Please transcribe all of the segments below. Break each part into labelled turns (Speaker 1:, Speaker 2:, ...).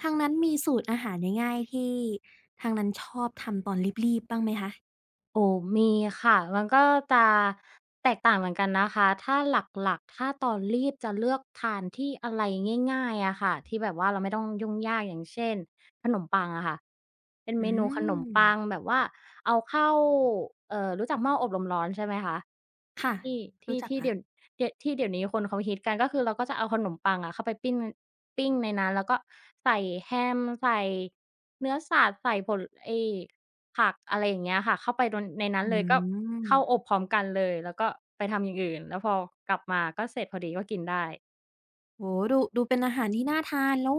Speaker 1: ทางนั้นมีสูตรอาหารง่ายๆที่ทางนั้นชอบทำตอนรีบๆบ้างไหมคะ
Speaker 2: โอ้มีค่ะ มันก็จะแตกต่างเหมือนกันนะคะ ถ้าหลักๆถ้าตอนรีบจะเลือกทานที่อะไรง่ายๆอะค่ะที่แบบว่าเราไม่ต้องยุ่งยากอย่างเช่นขนมปังอะค่ะเป็นเม
Speaker 1: อื
Speaker 2: นูขนม
Speaker 1: ม
Speaker 2: ปังแบบว่าเอาเข้ารู้จักหม้ออบลมร้อนใช่ไหมคะ
Speaker 1: ค่ะ
Speaker 2: ที่ที่
Speaker 1: รู้จัก
Speaker 2: ที่
Speaker 1: ค่ะ
Speaker 2: เดี๋ยวเดี๋ยวที่เดี๋ยวนี้คนเขาฮิตกันก็คือเราก็จะเอาขนมปังอะเข้าไปปิ้งปิ้งในนั้นแล้วก็ใส่แฮมใส่เนื้อสัตว์ใส่ผลไอ้ ผักอะไรอย่างเงี้ยค่ะเข้าไปโดนในนั้น
Speaker 1: อื
Speaker 2: เลยก็
Speaker 1: ม
Speaker 2: เข้าอบพร้อมกันเลยแล้วก็ไปทำอย่างอื่นแล้วพอกลับมาก็เสร็จพอดีก็กินได้
Speaker 1: โอ้โฮดูดูเป็นอาหารที่น่าทานแล้ว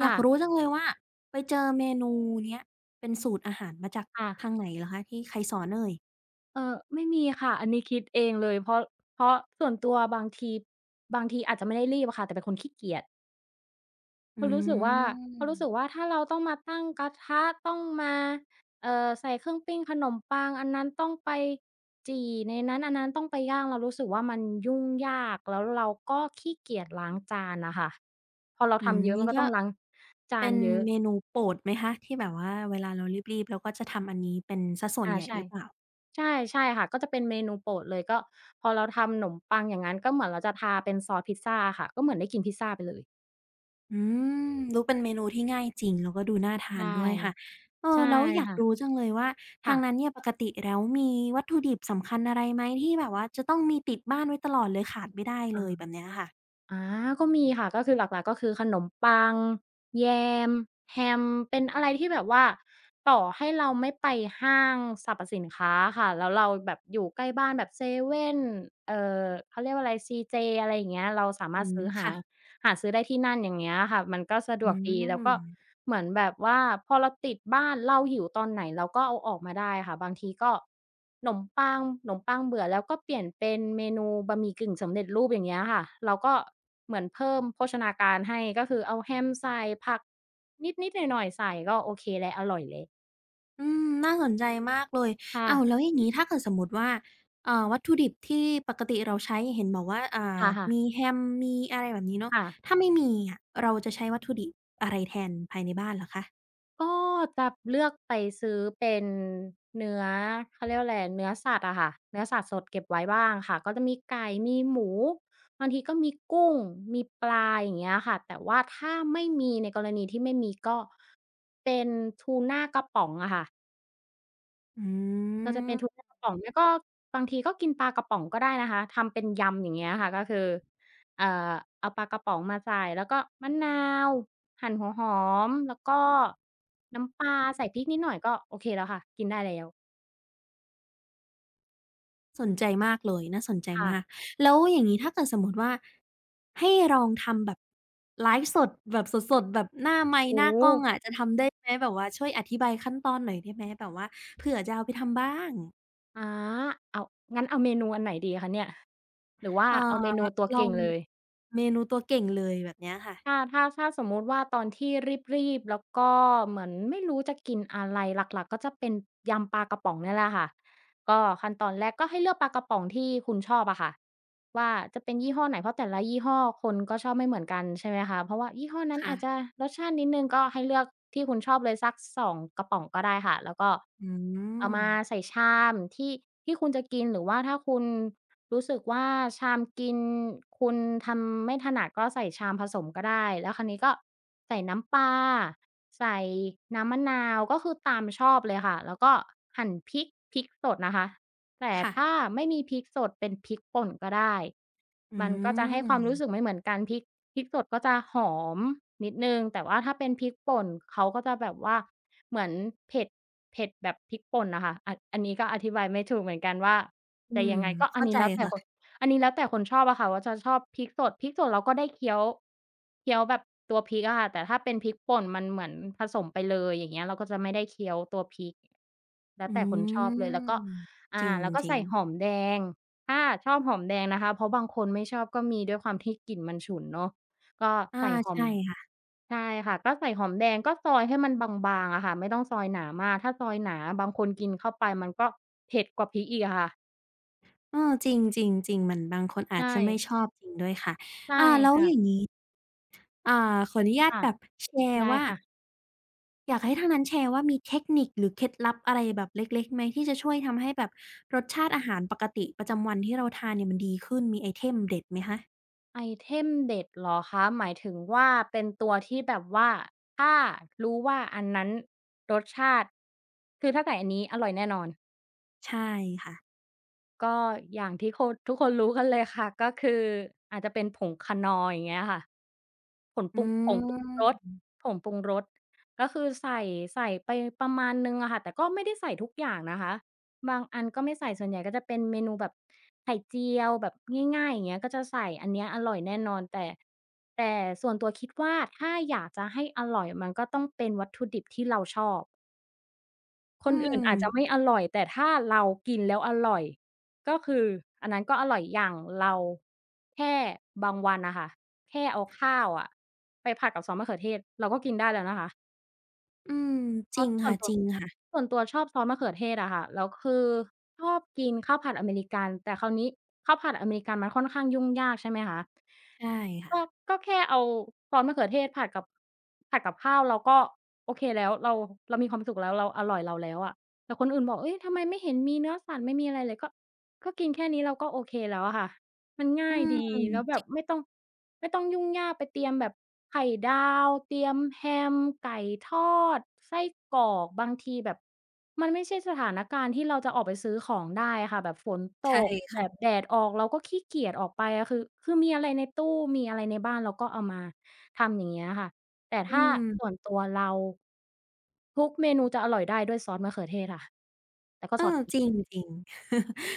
Speaker 1: อยา
Speaker 2: ค่ะ
Speaker 1: กรู้จังเลยว่าไปเจอเมนูเนี้ยเป็นสูตรอาหารมาจาก
Speaker 2: ค่ะ
Speaker 1: ทางไหนเหรอคะที่ใครสอนเอ่ย
Speaker 2: ไม่มีค่ะอันนี้คิดเองเลยเพราะส่วนตัวบางทีอาจจะไม่ได้รีบอะค่ะแต่เป็นคนขี้เกียจ
Speaker 1: อื
Speaker 2: เขารู้สึกว่าเขารู้สึก
Speaker 1: ม
Speaker 2: ว่าถ้าเราต้องมาตั้งกระทะต้องมาใส่เครื่องปิ้งขนมปังอันนั้นต้องไปจี่ในนั้นอันนั้นต้องไปย่างเรารู้สึกว่ามันยุ่งยากแล้วเราก็ขี้เกียจล้างจานน่ะค่ะพอเรา
Speaker 1: อืม
Speaker 2: ทำเยอะ
Speaker 1: นี่
Speaker 2: มันก็
Speaker 1: ก็
Speaker 2: ต้องล้างจา
Speaker 1: เป็
Speaker 2: น
Speaker 1: น
Speaker 2: เยอะ
Speaker 1: เมนูโปรดไหมคะที่แบบว่าเวลาเรารีบๆเราก็จะทำอันนี้เป็นเสียส่วน
Speaker 2: อา
Speaker 1: ใหญ่ห
Speaker 2: ใช่
Speaker 1: รือเปล่า
Speaker 2: ใช่ใช่ค่ะก็จะเป็นเมนูโปรดเลยก็พอเราทำขนมปังอย่างงั้นก็เหมือนเราจะทาเป็นซอสพิซซาอะค่ะก็เหมือนได้กินพิซซาไปเลย
Speaker 1: อืมรูเป็นเมนูที่ง่ายจริงแล้วก็ดูน่าทาน
Speaker 2: ใช่
Speaker 1: ด้วยค่ะเออ
Speaker 2: ใช่
Speaker 1: แล้วอยาก
Speaker 2: ค่ะ
Speaker 1: รู้จังเลยว่าทางนั้น
Speaker 2: ค่ะ
Speaker 1: เนี่ยปกติแล้วมีวัตถุดิบสำคัญอะไรไหมที่แบบว่าจะต้องมีติดบ้านไว้ตลอดเลยขาดไม่ได้เลยแบบ
Speaker 2: อา
Speaker 1: เนี้ยค่ะ
Speaker 2: อาก็มีค่ะก็คือหลักๆก็คือขนมปังแยมแฮมเป็นอะไรที่แบบว่าต่อให้เราไม่ไปห้างสรรพสินค้าค่ะแล้วเราแบบอยู่ใกล้บ้านแบบเซเว่นเอ่อเขาเรียกว่าอะไรซีเจอะไรอย่างเงี้ยเราสา
Speaker 1: อื
Speaker 2: มารถ
Speaker 1: ม
Speaker 2: ซื้อหา
Speaker 1: ค่ะ
Speaker 2: หาซื้อได้ที่นั่นอย่างเงี้ยค่ะมันก็สะด
Speaker 1: อื
Speaker 2: วกดีแล้วก็
Speaker 1: ม
Speaker 2: เหมือนแบบว่าพอเราติดบ้านเราหิวตอนไหนเราก็เอาออกมาได้ค่ะบางทีก็ขนมปังเบื่อแล้วก็เปลี่ยนเป็นเมนูบะหมี่กึ่งสำเร็จรูปอย่างเงี้ยค่ะเราก็เหมือนเพิ่มโภชนาการให้ก็คือเอาแฮมใส่ผักนิดๆหน่อยๆใส่ก็โอเคแล้วอร่อยแล้ว
Speaker 1: อืมน่าสนใจมากเลย
Speaker 2: ค่ะ
Speaker 1: อ้าวแล้วอย่างนี้ถ้าเกิดสมมติว่าวัตถุดิบที่ปกติเราใช้เห็นบอกว่าอ่า
Speaker 2: ค่ะๆ
Speaker 1: มีแฮมมีอะไรแบบนี้เนาะ
Speaker 2: ค่ะ
Speaker 1: ถ้าไม่มีอะเราจะใช้วัตถุดิบอะไรแทนภายในบ้านเหรอคะ
Speaker 2: ก็จะเลือกไปซื้อเป็นเนื้อเขาเรียกว่าอะไรเนื้อสัตว์อะค่ะเนื้อสัตว์สดเก็บไว้บ้างค่ะก็จะมีไก่มีหมูบางทีก็มีกุ้งมีปลาอย่างเงี้ยค่ะแต่ว่าถ้าไม่มีในกรณีที่ไม่มีก็เป็นทูน่ากระป๋องอะค่ะ
Speaker 1: อื
Speaker 2: ก็จะ
Speaker 1: ม
Speaker 2: เป็นทุกกระป๋องไม่ก็บางทีก็กินปลากระป๋องก็ได้นะคะทำเป็นยำอย่างเงี้ยค่ะก็คือเอ่อเอาปลากระป๋องมาใส่แล้วก็มะนาวหั่นหัวหอมแล้วก็น้ำปลาใส่พริกนิดหน่อยก็โอเคแล้วค่ะกินได้แล้ว
Speaker 1: สนใจมากเลยน่าสนใจมาก
Speaker 2: ค่ะ
Speaker 1: แล้วอย่างงี้ถ้าเกิดสมมุติว่าให้ลองทำแบบไลฟ์สดแบบสดๆแบบหน้าไมค์ห
Speaker 2: โอ้
Speaker 1: น้า
Speaker 2: โฮ
Speaker 1: กล้องอะจะทำได้ไหมแบบว่าช่วยอธิบายขั้นตอนหน่อยได้ไหมแบบว่าเผื่อจะเอาไปทำบ้าง
Speaker 2: อาเอางั้นเนี่ยหรือว่า
Speaker 1: เอ่อ
Speaker 2: เอาเมนูตัว
Speaker 1: ลอ
Speaker 2: เก่
Speaker 1: ง
Speaker 2: งเลย
Speaker 1: เมนูตัวเก่งเลยแบบเนี้ยค่ะ
Speaker 2: ถ้าสมมุติว่าตอนที่รีบๆแล้วก็เหมือนไม่รู้จะกินอะไรหลักๆก็จะเป็นยำปลากระป๋องเนี่ยแหละค่ะก็ขั้นตอนแรกก็ให้เลือกปลากระป๋องที่คุณชอบอะค่ะว่าจะเป็นยี่ห้อไหนเพราะแต่ละยี่ห้อคนก็ชอบไม่เหมือนกันใช่ไหมคะเพราะว่ายี่ห้อนั้น
Speaker 1: ค่ะ
Speaker 2: อาจจะรสชาตินิดหนึ่งก็ให้เลือกที่คุณชอบเลยสักสองกระป๋องก็ได้ค่ะแล้วก็
Speaker 1: อื
Speaker 2: เอา
Speaker 1: ม
Speaker 2: มาใส่ชามที่คุณจะกินหรือว่าถ้าคุณ รู้สึกว่าชามกินคุณทำไม่ถนัดก็ใส่ชามผสมก็ได้แล้วคราวนี้ก็ใส่น้ำปลาใส่น้ำมะนาวก็คือตามชอบเลยค่ะแล้วก็หั่นพริกพริกสดนะคะแต่ถ้า
Speaker 1: ค่ะ
Speaker 2: ไม่มีพริกสดเป็นพริกป่นก็ได้
Speaker 1: อื
Speaker 2: มันก็จะให้ความรู้
Speaker 1: ม
Speaker 2: สึกไม่เหมือนกันพริกสดก็จะหอมนิดหนึ่งแต่ว่าถ้าเป็นพริกป่นเขาก็จะแบบว่าเหมือนเผ็ดเผ็ดแบบพริกป่นน่ะค่ะอันนี้ก็อธิบายไม่ถูกเหมือนกันว่า
Speaker 1: อื
Speaker 2: จะยั
Speaker 1: ม
Speaker 2: งไงก็อัน
Speaker 1: เข้าใจ
Speaker 2: นี้แล้วแต่คน
Speaker 1: ค่ะ
Speaker 2: อันนี้แล้วแต่คนชอบอะค่ะว่าจะชอบพริกสดพริกสดเราก็ได้เคี้ยวแบบตัวพริกอะค่ะแต่ถ้าเป็นพริกป่นมันเหมือนผสมไปเลยอย่างเงี้ยเราก็จะไม่ได้เคี้ยวตัวพริกแล้ว
Speaker 1: อื
Speaker 2: แต่คนชอบเลยแล้ว
Speaker 1: ม
Speaker 2: ก็
Speaker 1: จร
Speaker 2: อ่าแล้วก็
Speaker 1: ิง
Speaker 2: ใส่หอ
Speaker 1: ๆ
Speaker 2: มแดงถ้าชอบหอมแดงนะคะเพราะบางคนไม่ชอบก็มีด้วยความที่กลิ่นมันฉุนเนาะก็
Speaker 1: อา
Speaker 2: ใส่หอม
Speaker 1: ใช่ค่ะ
Speaker 2: ใช่ค่ะก็ใส่หอมแดงก็ซอยให้มันบางๆอะค่ะไม่ต้องซอยหนามากถ้าซอยหนาบางคนกินเข้าไปมันก็เผ็ดกว่าพริกอีกอะค่ะ
Speaker 1: เออจริงจริงจริงมันบางคนอาจ
Speaker 2: ใช่
Speaker 1: จะไม่ชอบจริงด้วยค่ะ
Speaker 2: ใช่
Speaker 1: อ่าแล้ว
Speaker 2: ค่ะ
Speaker 1: อย่างงี้อ่าขออนุญาต
Speaker 2: ค่ะ
Speaker 1: แบบแชร์
Speaker 2: ได้
Speaker 1: ว่า
Speaker 2: ค่ะ
Speaker 1: อยากให้ทางนั้นแชร์ว่ามีเทคนิคหรือเคล็ดลับอะไรแบบเล็กๆไหมที่จะช่วยทำให้แบบรสชาติอาหารปกติประจำวันที่เราทานเนี่ยมันดีขึ้นมีไอเทมเด็ดไหมคะ
Speaker 2: ไอเทมเด็ดเหรอคะ หมายถึงว่าเป็นตัวที่แบบว่าถ้ารู้ว่าอันนั้นรสชาติ คือถ้าใส่อันนี้อร่อยแน่นอน
Speaker 1: ใช่ค่ะ
Speaker 2: ก็อย่างที่คนทุกคนรู้กันเลยค่ะก็คืออาจจะเป็นผงคานอร์อย่างเงี้ยค่ะผงป
Speaker 1: อื
Speaker 2: รุงผงปรุงรส
Speaker 1: ม
Speaker 2: ผงปรุงรสก็คือใส่ใส่ไปประมาณหนึ่งอะค่ะแต่ก็ไม่ได้ใส่ทุกอย่างนะคะบางอันก็ไม่ใส่ส่วนใหญ่ก็จะเป็นเมนูแบบไข่เจียวแบบง่ายๆอย่างเงี้ยก็จะใส่อันเนี้ยอร่อยแน่นอนแต่ส่วนตัวคิดว่าถ้าอยากจะให้อร่อยมันก็ต้องเป็นวัตถุดิบที่เราชอบ คน
Speaker 1: อื
Speaker 2: อื่น
Speaker 1: ม
Speaker 2: อาจจะไม่อร่อยแต่ถ้าเรากินแล้วอร่อยก็คืออันนั้นก็อร่อยอย่างเราแค่บางวันน่ะค่ะแค่เอาข้าวอะไปผัดกับซอสมะเขือเทศเราก็กินได้แล้วนะคะ
Speaker 1: อืม
Speaker 2: เพ
Speaker 1: จริ
Speaker 2: ราะ
Speaker 1: ง
Speaker 2: ส่ว
Speaker 1: ค่ะ
Speaker 2: นตั
Speaker 1: จ
Speaker 2: ว
Speaker 1: ริงค่ะ
Speaker 2: ส่วนตัวชอบซอสมะเขือเทศอะค่ะแล้วคือชอบกินข้าวผัดอเมริกันแต่คราวนี้ข้าวผัดอเมริกันมันค่อนข้างยุ่งยากใช่ไหมคะ
Speaker 1: ใช่
Speaker 2: ก็
Speaker 1: ค่ะ
Speaker 2: ก็แค่เอาซอสมะเขือเทศผัดกับผัดกับข้าวเราก็โอเคแล้วเรามีความสุขแล้วเราอร่อยเราแล้วอะแต่คนอื่นบอกเฮ้ยทำไมไม่เห็นมีเนื้อสัตว์ไม่มีอะไรเลยก็กินแค่นี้เราก็โอเคแล้วอะค่ะมันง่า
Speaker 1: อื
Speaker 2: ย
Speaker 1: ม
Speaker 2: ดีแล้วแบบไม่ต้องยุ่งยากไปเตรียมแบบไข่ดาวเตรียมแฮมไก่ทอดไส้กรอกบางทีแบบมันไม่ใช่สถานการณ์ที่เราจะออกไปซื้อของได้อะค่ะแบบฝนตกแบ
Speaker 1: ใช่
Speaker 2: บแดดออกเราก็ขี้เกียจออกไปอะคือมีอะไรในตู้มีอะไรในบ้านเราก็เอามาทำอย่างเงี้ยค่ะแต่
Speaker 1: อื
Speaker 2: ถ้าส่วน
Speaker 1: ม
Speaker 2: ตัวเราทุกเมนูจะอร่อยได้ด้วยซอสมะเขือเทศค่ะ
Speaker 1: เออจริงจริง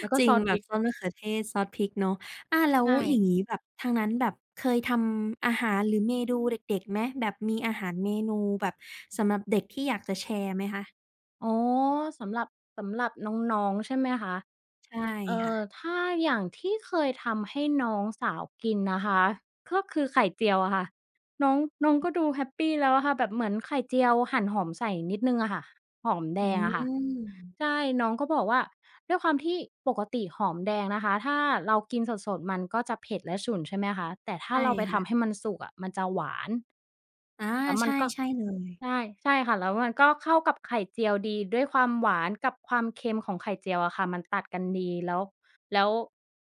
Speaker 2: แล้วก็
Speaker 1: จริ
Speaker 2: ซ
Speaker 1: ง
Speaker 2: อส
Speaker 1: แบ
Speaker 2: พ
Speaker 1: บ
Speaker 2: ริก
Speaker 1: ซอสมะเขือเทศซอสพริกเนาะอาแล้ว
Speaker 2: ใช่
Speaker 1: อย่างงี้แบบทางนั้นแบบเคยทำอาหารหรือเมนูเด็กๆไหมแบบมีอาหารเมนูแบบสำหรับเด็กที่อยากจะแชร์ไหมคะ
Speaker 2: อ๋อสำหรับสำหรับน้องๆใช่ไหมคะ
Speaker 1: ใช่ค่ะ
Speaker 2: ถ้าอย่างที่เคยทำให้น้องสาวกินนะคะก็คือไข่เจียวอะค่ะน้องน้องก็ดูแฮปปีแล้วอะค่ะแบบเหมือนไข่เจียวหั่นหอมใส่นิดหนึ่งอะค่ะหอมแด
Speaker 1: อื
Speaker 2: งอะค่ะ
Speaker 1: ม
Speaker 2: ใช่น้องก็บอกว่าด้วยความที่ปกติหอมแดงนะคะถ้าเรากินสดๆมันก็จะเผ็ดและฉุนใช่ไหมคะแต่ถ้า
Speaker 1: ใช่
Speaker 2: เราไปทำ
Speaker 1: ค่ะ
Speaker 2: ให้มันสุกอะมันจะหวาน
Speaker 1: อา
Speaker 2: แล้วมัน
Speaker 1: ใช่
Speaker 2: ก็
Speaker 1: ใช่เลย
Speaker 2: ใช่ใช่ค่ะแล้วมันก็เข้ากับไข่เจียวดีด้วยความหวานกับความเค็มของไข่เจียวอะค่ะมันตัดกันดีแล้วแล้ว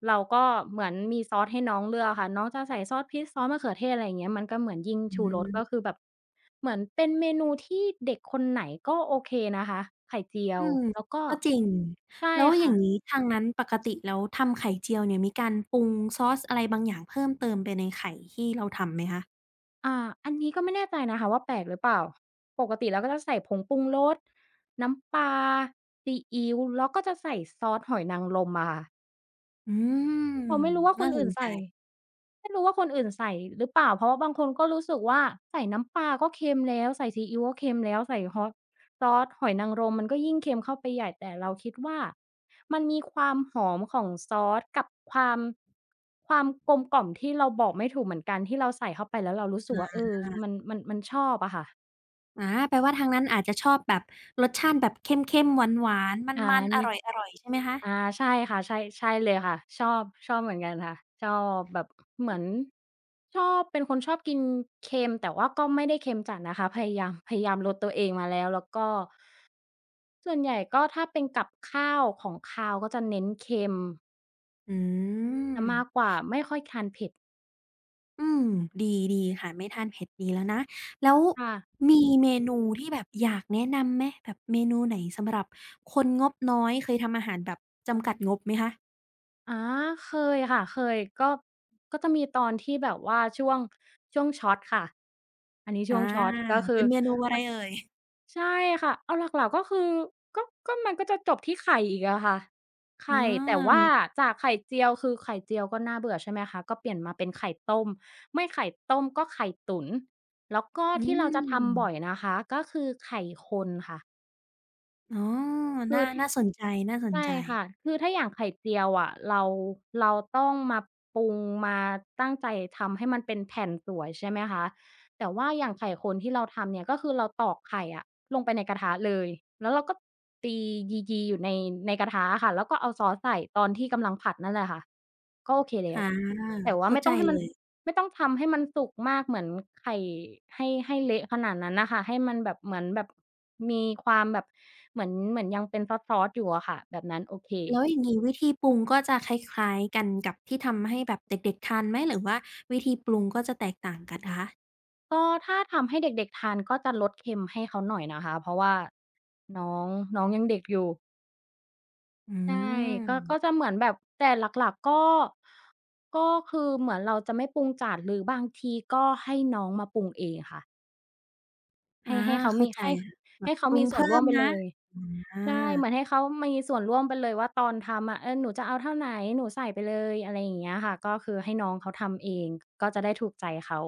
Speaker 2: เราก็เหมือนมีซอสให้น้องเลือกอะค่ะน้องจะใส่ซอสพริกซอสมะเขือเทศอะไรอย่างเงี้ยมันก็เหมือนยิ่ง
Speaker 1: อื
Speaker 2: ชูรสก็คือ
Speaker 1: ม
Speaker 2: แบบเหมือนเป็นเมนูที่เด็กคนไหนก็โอเคนะคะไข่เจีย
Speaker 1: อื
Speaker 2: ว
Speaker 1: ม
Speaker 2: แล้วก็
Speaker 1: ก็จริง
Speaker 2: ใช่
Speaker 1: แล้วอย่า
Speaker 2: ค่ะ
Speaker 1: งงี้ทางนั้นปกติแล้วทำไข่เจียวเนี่ยมีการปรุงซอสอะไรบางอย่างเพิ่มเติมไปในไข่ที่เราทำไหมคะ
Speaker 2: อ่าอันนี้ก็ไม่แน่ใจนะคะว่าแปลกหรือเปล่าปกติเราก็จะใส่ผงปรุงรสน้ำปลาซีอิ๊วแล้วก็จะใส่ซอสหอยนางรมอะค่ะ
Speaker 1: อืม
Speaker 2: เราไม่รู้ว่าค
Speaker 1: น่า
Speaker 2: น
Speaker 1: ส
Speaker 2: อื่
Speaker 1: น
Speaker 2: น
Speaker 1: ใจ
Speaker 2: ใส่ไม่รู้ว่าคนอื่นใส่หรือเปล่าเพราะว่าบางคนก็รู้สึกว่าใส่น้ำปลาก็เค็มแล้วใส่ซีอิ๊วก็เค็มแล้วใส่ฮอตซอสหอยนางรมมันก็ยิ่งเค็มเข้าไปใหญ่แต่เราคิดว่ามันมีความหอมของซอสกับความความกลมกล่อมที่เราบอกไม่ถูกเหมือนกันที่เราใส่เข้าไปแล้วเรารู้สึกว่าเออมันชอบอะค่ะ
Speaker 1: อาแปลว่าทางนั้นอาจจะชอบแบบรสชาติแบบเข้มๆหวานๆม
Speaker 2: อา
Speaker 1: ันๆอร
Speaker 2: นี่
Speaker 1: ่อยๆใช่ไหมคะ
Speaker 2: อาใช่ค่ะใช่ใช่เลยค่ะชอบชอบเหมือนกันค่ะชอบแบบเหมือนชอบเป็นคนชอบกินเค็มแต่ว่าก็ไม่ได้เค็มจัดนะคะพยายามลดตัวเองมาแล้วแล้วก็ส่วนใหญ่ก็ถ้าเป็นกับข้าวของคาวก็จะเน้นเค็ม
Speaker 1: อือื
Speaker 2: เสี
Speaker 1: ม
Speaker 2: ยมากกว่าไม่ค่อยทานเผ็ด
Speaker 1: อืม ดีดีค่ะไม่ทานเผ็ดดีแล้วนะ แล้ว
Speaker 2: ค่ะ
Speaker 1: มีเมนูที่แบบอยากแนะนำไหมแบบเมนูไหนสำหรับคนงบน้อยเคยทำอาหารแบบจำกัดงบไหมคะ
Speaker 2: อาเคยค่ะเคยก็จะมีตอนที่แบบว่าช่วงช็อตค่ะอันนี้
Speaker 1: อา
Speaker 2: ช่วงช็อตก็คื
Speaker 1: เป็
Speaker 2: อ
Speaker 1: นเมนูอะไรเอ่ย
Speaker 2: ใช่ค่ะเอาหลักๆก็คือก็ก็มันก็จะจบที่ไข่อีกอะค่ะ
Speaker 1: อ
Speaker 2: ไข่แต่ว่า
Speaker 1: า
Speaker 2: จากไข่เจียวคือไข่เจียวก็น่าเบื่อใช่ไหมคะก็เปลี่ยนมาเป็นไข่ต้มไม่ไข่ต้มก็ไข่ตุ๋นแล้วก็
Speaker 1: อื
Speaker 2: ที่เราจะ
Speaker 1: ม
Speaker 2: ทำบ่อยนะคะก็คือไข่คนค่ะ
Speaker 1: อ๋อ
Speaker 2: คื
Speaker 1: น่า
Speaker 2: อ
Speaker 1: น่าสนใจ น่าสน
Speaker 2: ใช่
Speaker 1: ใจ
Speaker 2: ค่ะ คือถ้าอย่างไข่เจียวอะเราต้องมาปรุงมาตั้งใจทำให้มันเป็นแผ่นสวยใช่ไหมคะแต่ว่าอย่างไข่คนที่เราทำเนี่ยก็คือเราตอกไข่อะลงไปในกระทะเลยแล้วเราก็ตียีๆอยู่ในในกระทะอะค่ะแล้วก็เอาซอสใส่ตอนที่กำลังผัดนั่นแหละค่ะก็โอเคแล้ว
Speaker 1: อา
Speaker 2: แต่ว่า
Speaker 1: เข้า
Speaker 2: ไม่
Speaker 1: ใจ
Speaker 2: ต้องให้
Speaker 1: เล
Speaker 2: มัน
Speaker 1: ย
Speaker 2: ไม่ต้องทำให้มันสุกมากเหมือนไข่ให้เละขนาดนั้นน่ะค่ะให้มันแบบเหมือนแบบมีความแบบเหมือนยังเป็นซอสๆอยู่อะค่ะแบบนั้นโอเค
Speaker 1: แล้วอย่างงี้วิธีปรุงก็จะคล้ายๆกันกับที่ทำให้แบบเด็กๆทานไหมหรือว่าวิธีปรุงก็จะแตกต่างกันคะ
Speaker 2: ก็ถ้าทำให้เด็กๆทานก็จะลดเค็มให้เขาหน่อยนะคะเพราะว่าน้องน้องยังเด็กอยู่
Speaker 1: อื
Speaker 2: ใช่
Speaker 1: ม
Speaker 2: ก็จะเหมือนแบบแต่หลักๆก็ก็คือเหมือนเราจะไม่ปรุงจัดหรือบางทีก็ให้น้องมาปรุงเองค่ะ
Speaker 1: อา
Speaker 2: ให้เขา
Speaker 1: เข้า
Speaker 2: มี
Speaker 1: ใจค่ะแบบ
Speaker 2: ให้เขา
Speaker 1: ปรุ
Speaker 2: มี
Speaker 1: ง
Speaker 2: ส่วน
Speaker 1: เพิ่
Speaker 2: ร่ว
Speaker 1: ม
Speaker 2: มไป
Speaker 1: นะ
Speaker 2: เลย
Speaker 1: อา
Speaker 2: ใช่เหมือนให้เขามีส่วนร่วมไปเลยว่าตอนทำอะเออหนูจะเอาเท่าไหนหนูใส่ไปเลยอะไรอย่างเงี้ยค่ะก็คือให้น้องเขาทำเองก็จะได้ถูกใจเขา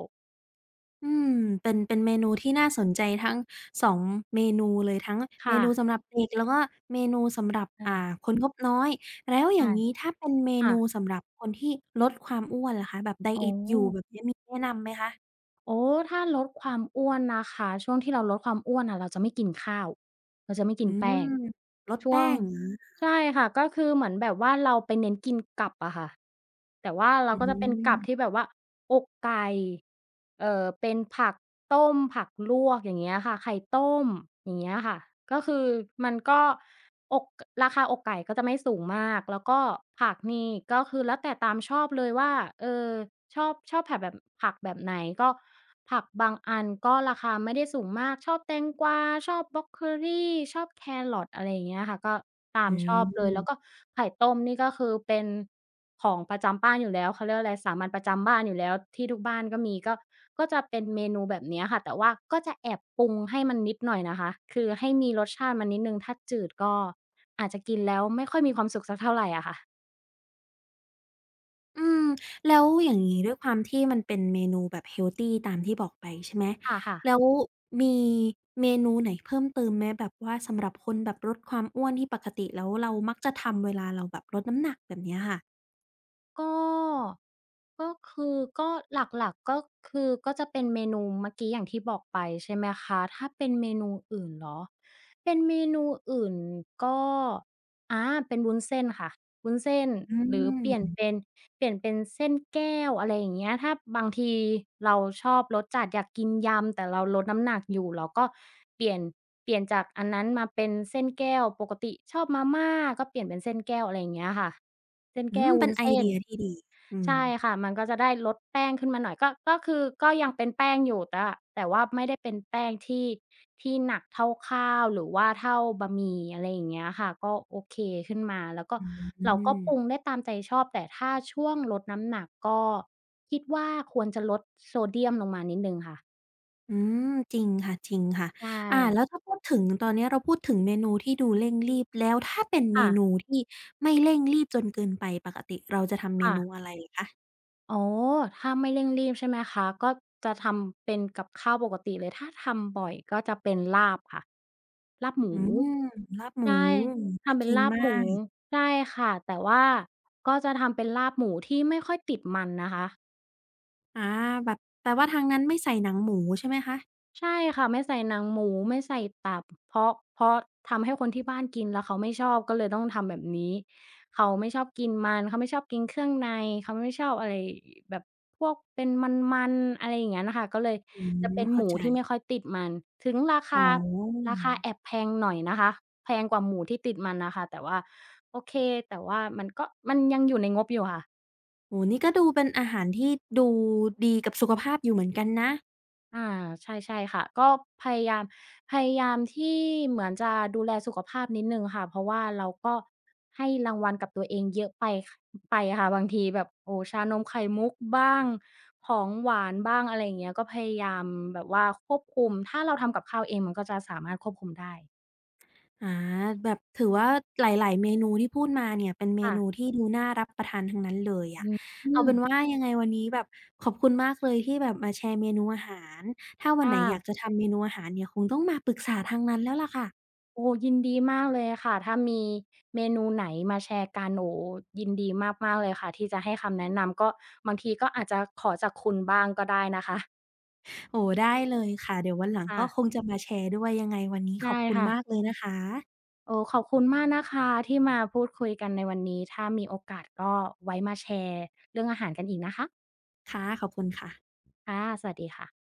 Speaker 1: อืมเป็นเป็นเมนูที่น่าสนใจทั้ง2เมนูเลยทั้งเม
Speaker 2: ค่ะ
Speaker 1: นูสำหรับเด็กแล้วก็เมนูสำหรับ
Speaker 2: ใช่
Speaker 1: อ่าคนงบน้อยแล้วอย่า
Speaker 2: ใช่
Speaker 1: งงี้ถ้าเป็นเม
Speaker 2: ค่ะ
Speaker 1: นูสำหรับคนที่ลดความอ้วนล่ะคะแบบได
Speaker 2: อ๋อ
Speaker 1: เอตอยู่แบบนี้มีแนะนำไหมคะ
Speaker 2: โอ้ถ้าลดความอ้วนนะคะช่วงที่เราลดความอ้วนอะเราจะไม่กินข้าว เราจะไม่กิ
Speaker 1: อื
Speaker 2: นแป้ง
Speaker 1: มลด
Speaker 2: ช่ว
Speaker 1: แป้
Speaker 2: ง
Speaker 1: งอา
Speaker 2: ใช่ค่ะก็คือเหมือนแบบว่าเราไปเน้นกินกับอะค่ะแต่ว่าเรา
Speaker 1: อื
Speaker 2: ก็จะเป็นกับที่
Speaker 1: ม
Speaker 2: แบบว่าอกไก่เป็นผักต้มผักลวกอย่างเงี้ยค่ะไข่ต้มอย่างเงี้ยค่ะก็คือมันก็อกราคาอกไก่ก็จะไม่สูงมากแล้วก็ผักนี่ก็คือแล้วแต่ตามชอบเลยว่าเออชอบผักแบบผักแบบไหนก็ ผักบางอันก็ราคาไม่ได้สูงมากชอบแตงกวาชอบบรอกโคลีชอบแครอทอะไรอย่างเงี้ยค่ะก็ตาม
Speaker 1: อื
Speaker 2: ชอบเลยแล้วก็
Speaker 1: ม
Speaker 2: ไข่ต้มนี่ก็คือเป็นของประจำบ้านอยู่แล้วเขาเรียกว่าอะไรสามัญประจำบ้านอยู่แล้วที่ทุกบ้านก็มีก็ก็จะเป็นเมนูแบบเนี้ยค่ะแต่ว่าก็จะแอบปรุงให้มันนิดหน่อยนะคะคือให้มีรสชาติมันนิดหนึ่งถ้าจืดก็อาจจะกินแล้วไม่ค่อยมีความสุขสักเท่าไรอะค่ะ
Speaker 1: อืมแล้วอย่างงี้ด้วยความที่มันเป็นเมนูแบบเฮลทีตามที่บอกไปใช่ไหม
Speaker 2: ค่ะๆ
Speaker 1: แล้วมีเมนูไหนเพิ่มเติมไหมแบบว่าสำหรับคนแบบลดความอ้วนที่ปกติแล้วเรามักจะทำเวลาเราแบบลดน้ำหนักแบบเนี้ยค่ะ
Speaker 2: ก็ก็คือก็หลักๆก็คือก็จะเป็นเมนูเมื่อกี้อย่างที่บอกไปใช่ไหมคะถ้าเป็นเมนูอื่นเหรอเป็นเมนูอื่นก็อาเป็นวุ้นเส้นค่ะวุ้นเส้น
Speaker 1: อื
Speaker 2: หรือเปลี่ยน
Speaker 1: ม
Speaker 2: เป็นเปลี่ยนเป็นเส้นแก้วอะไรอย่างเงี้ยถ้าบางทีเราชอบรสจัดอยากกินยำแต่เราลดน้ำหนักอยู่เราก็เปลี่ยนเปลี่ยนจากอันนั้นมาเป็นเส้นแก้วปกติชอบมาม่าก็เปลี่ยนเป็นเส้นแก้วอะไรอย่างเงี้ยค่ะเส้น
Speaker 1: อื
Speaker 2: แก้
Speaker 1: ม
Speaker 2: ว
Speaker 1: เป็
Speaker 2: วุ้
Speaker 1: น
Speaker 2: น
Speaker 1: ไอ
Speaker 2: เส้
Speaker 1: เดี
Speaker 2: น
Speaker 1: ยที่ดีอืม
Speaker 2: ใช่ค่ะมันก็จะได้ลดแป้งขึ้นมาหน่อยก็ก็คือก็ยังเป็นแป้งอยู่แต่ว่าไม่ได้เป็นแป้งที่ที่หนักเท่าข้าวหรือว่าเท่าบะหมี่อะไรอย่างเงี้ยค่ะ ก็โอเคขึ้นมาแล้วก็
Speaker 1: อื
Speaker 2: เราก็ปรุง
Speaker 1: ม
Speaker 2: ได้ตามใจชอบแต่ถ้าช่วงลดน้ำหนักก็ คิดว่าควรจะลดโซเดียมลงมานิดหนึ่งค่ะ
Speaker 1: อืมจริงค่ะจริงค่ะ
Speaker 2: ใช่
Speaker 1: อ่าแล้วถ้าพูดถึงตอนเนี้ยเราพูดถึงเมนูที่ดูเร่งรีบแล้วถ้าเป็นเม
Speaker 2: ค่ะ
Speaker 1: นูที่ไม่เร่งรีบจนเกินไปปกติเราจะทำเม
Speaker 2: ค่ะ
Speaker 1: นูอะไรคะ
Speaker 2: อ๋อ ถ้าไม่เร่งรีบใช่ไหมคะ ก็จะทำเป็นกับข้าวปกติเลย ถ้าทำบ่อยก็จะเป็นลาบค่ะลาบห
Speaker 1: อื
Speaker 2: มู
Speaker 1: มลาบหมู
Speaker 2: ใช่
Speaker 1: น่า
Speaker 2: ทำเป็น
Speaker 1: กิน
Speaker 2: ลาบ
Speaker 1: มา
Speaker 2: หมู
Speaker 1: กม
Speaker 2: ใช่ค่ะ แต่ว่าก็จะทำเป็นลาบหมูที่ไม่ค่อยติดมันนะคะ
Speaker 1: อาแบบแต่ว่าทางนั้นไม่ใส่หนังหมูใช่ไหมคะ
Speaker 2: ใช่ค่ะไม่ใส่หนังหมูไม่ใส่ตับเพราะทำให้คนที่บ้านกินแล้วเขาไม่ชอบก็เลยต้องทำแบบนี้เขาไม่ชอบกินมันเขาไม่ชอบกินเครื่องในเขาไม่ชอบอะไรแบบพวกเป็นมันๆอะไรอย่างงั้นน่ะค่ะก็เลย
Speaker 1: อื
Speaker 2: จะ
Speaker 1: ม
Speaker 2: เป็นห
Speaker 1: เข้า
Speaker 2: มู
Speaker 1: ใจ
Speaker 2: ที่ไม่ค่อยติดมันถึงรา
Speaker 1: อ๋
Speaker 2: คา
Speaker 1: อ
Speaker 2: ราคาแอบแพงหน่อยนะคะแพงกว่าหมูที่ติดมันน่ะค่ะแต่ว่าโอเคแต่ว่ามันก็มันยังอยู่ในงบอยู่ค่ะ
Speaker 1: โอ้โฮนี่ก็ดูเป็นอาหารที่ดูดีกับสุขภาพอยู่เหมือนกันนะ
Speaker 2: อาใช่ๆค่ะก็พยายามพยายามที่เหมือนจะดูแลสุขภาพนิดหนึ่งค่ะเพราะว่าเราก็ให้รางวัลกับตัวเองเยอะไปไปค่ะบางทีแบบโอ้ชานมไข่มุกบ้างของหวานบ้างอะไรอย่างเงี้ยก็พยายามแบบว่าควบคุมถ้าเราทำกับข้าวเองมันก็จะสามารถควบคุมได้
Speaker 1: อาแบบถือว่าหลายๆเมนูที่พูดมาเนี่ยเป็นเม
Speaker 2: ค่ะ
Speaker 1: นูที่ดูน่ารับประทานทั้งนั้นเลยอะ
Speaker 2: อืออื
Speaker 1: เอา
Speaker 2: ม
Speaker 1: เป็นว่ายังไงวันนี้แบบขอบคุณมากเลยที่แบบมาแชร์เมนูอาหารถ้าวั
Speaker 2: ค
Speaker 1: นไหนอยากจะ
Speaker 2: ่ะ
Speaker 1: ทำเมนูอาหารเนี่ยคงต้องมาปรึกษาทางนั้นแล้วล่ะค่ะ
Speaker 2: โอ้ยินดีมากเลยค่ะถ้ามีเมนูไหนมาแชร์กันโอ้ยินดีมากๆเลยค่ะที่จะให้คำแนะนำก็บางทีก็อาจจะขอจากคุณบ้างก็ได้นะคะ
Speaker 1: โอ้ได้เลยค่ะเดี๋ยววันหลังก็ค
Speaker 2: ค่ะ
Speaker 1: งจะมาแชร์ด้วยยังไงวันนี้ขอ
Speaker 2: ได้
Speaker 1: บคุณมากเล
Speaker 2: ค่ะ
Speaker 1: ยนะคะ
Speaker 2: โอ้ขอบคุณมากนะคะที่มาพูดคุยกันในวันนี้ถ้ามีโอกาสก็ไว้มาแชร์นะคะ
Speaker 1: ค่ะขอบคุณค่ะ
Speaker 2: ค่ะสวัสดีค่ะ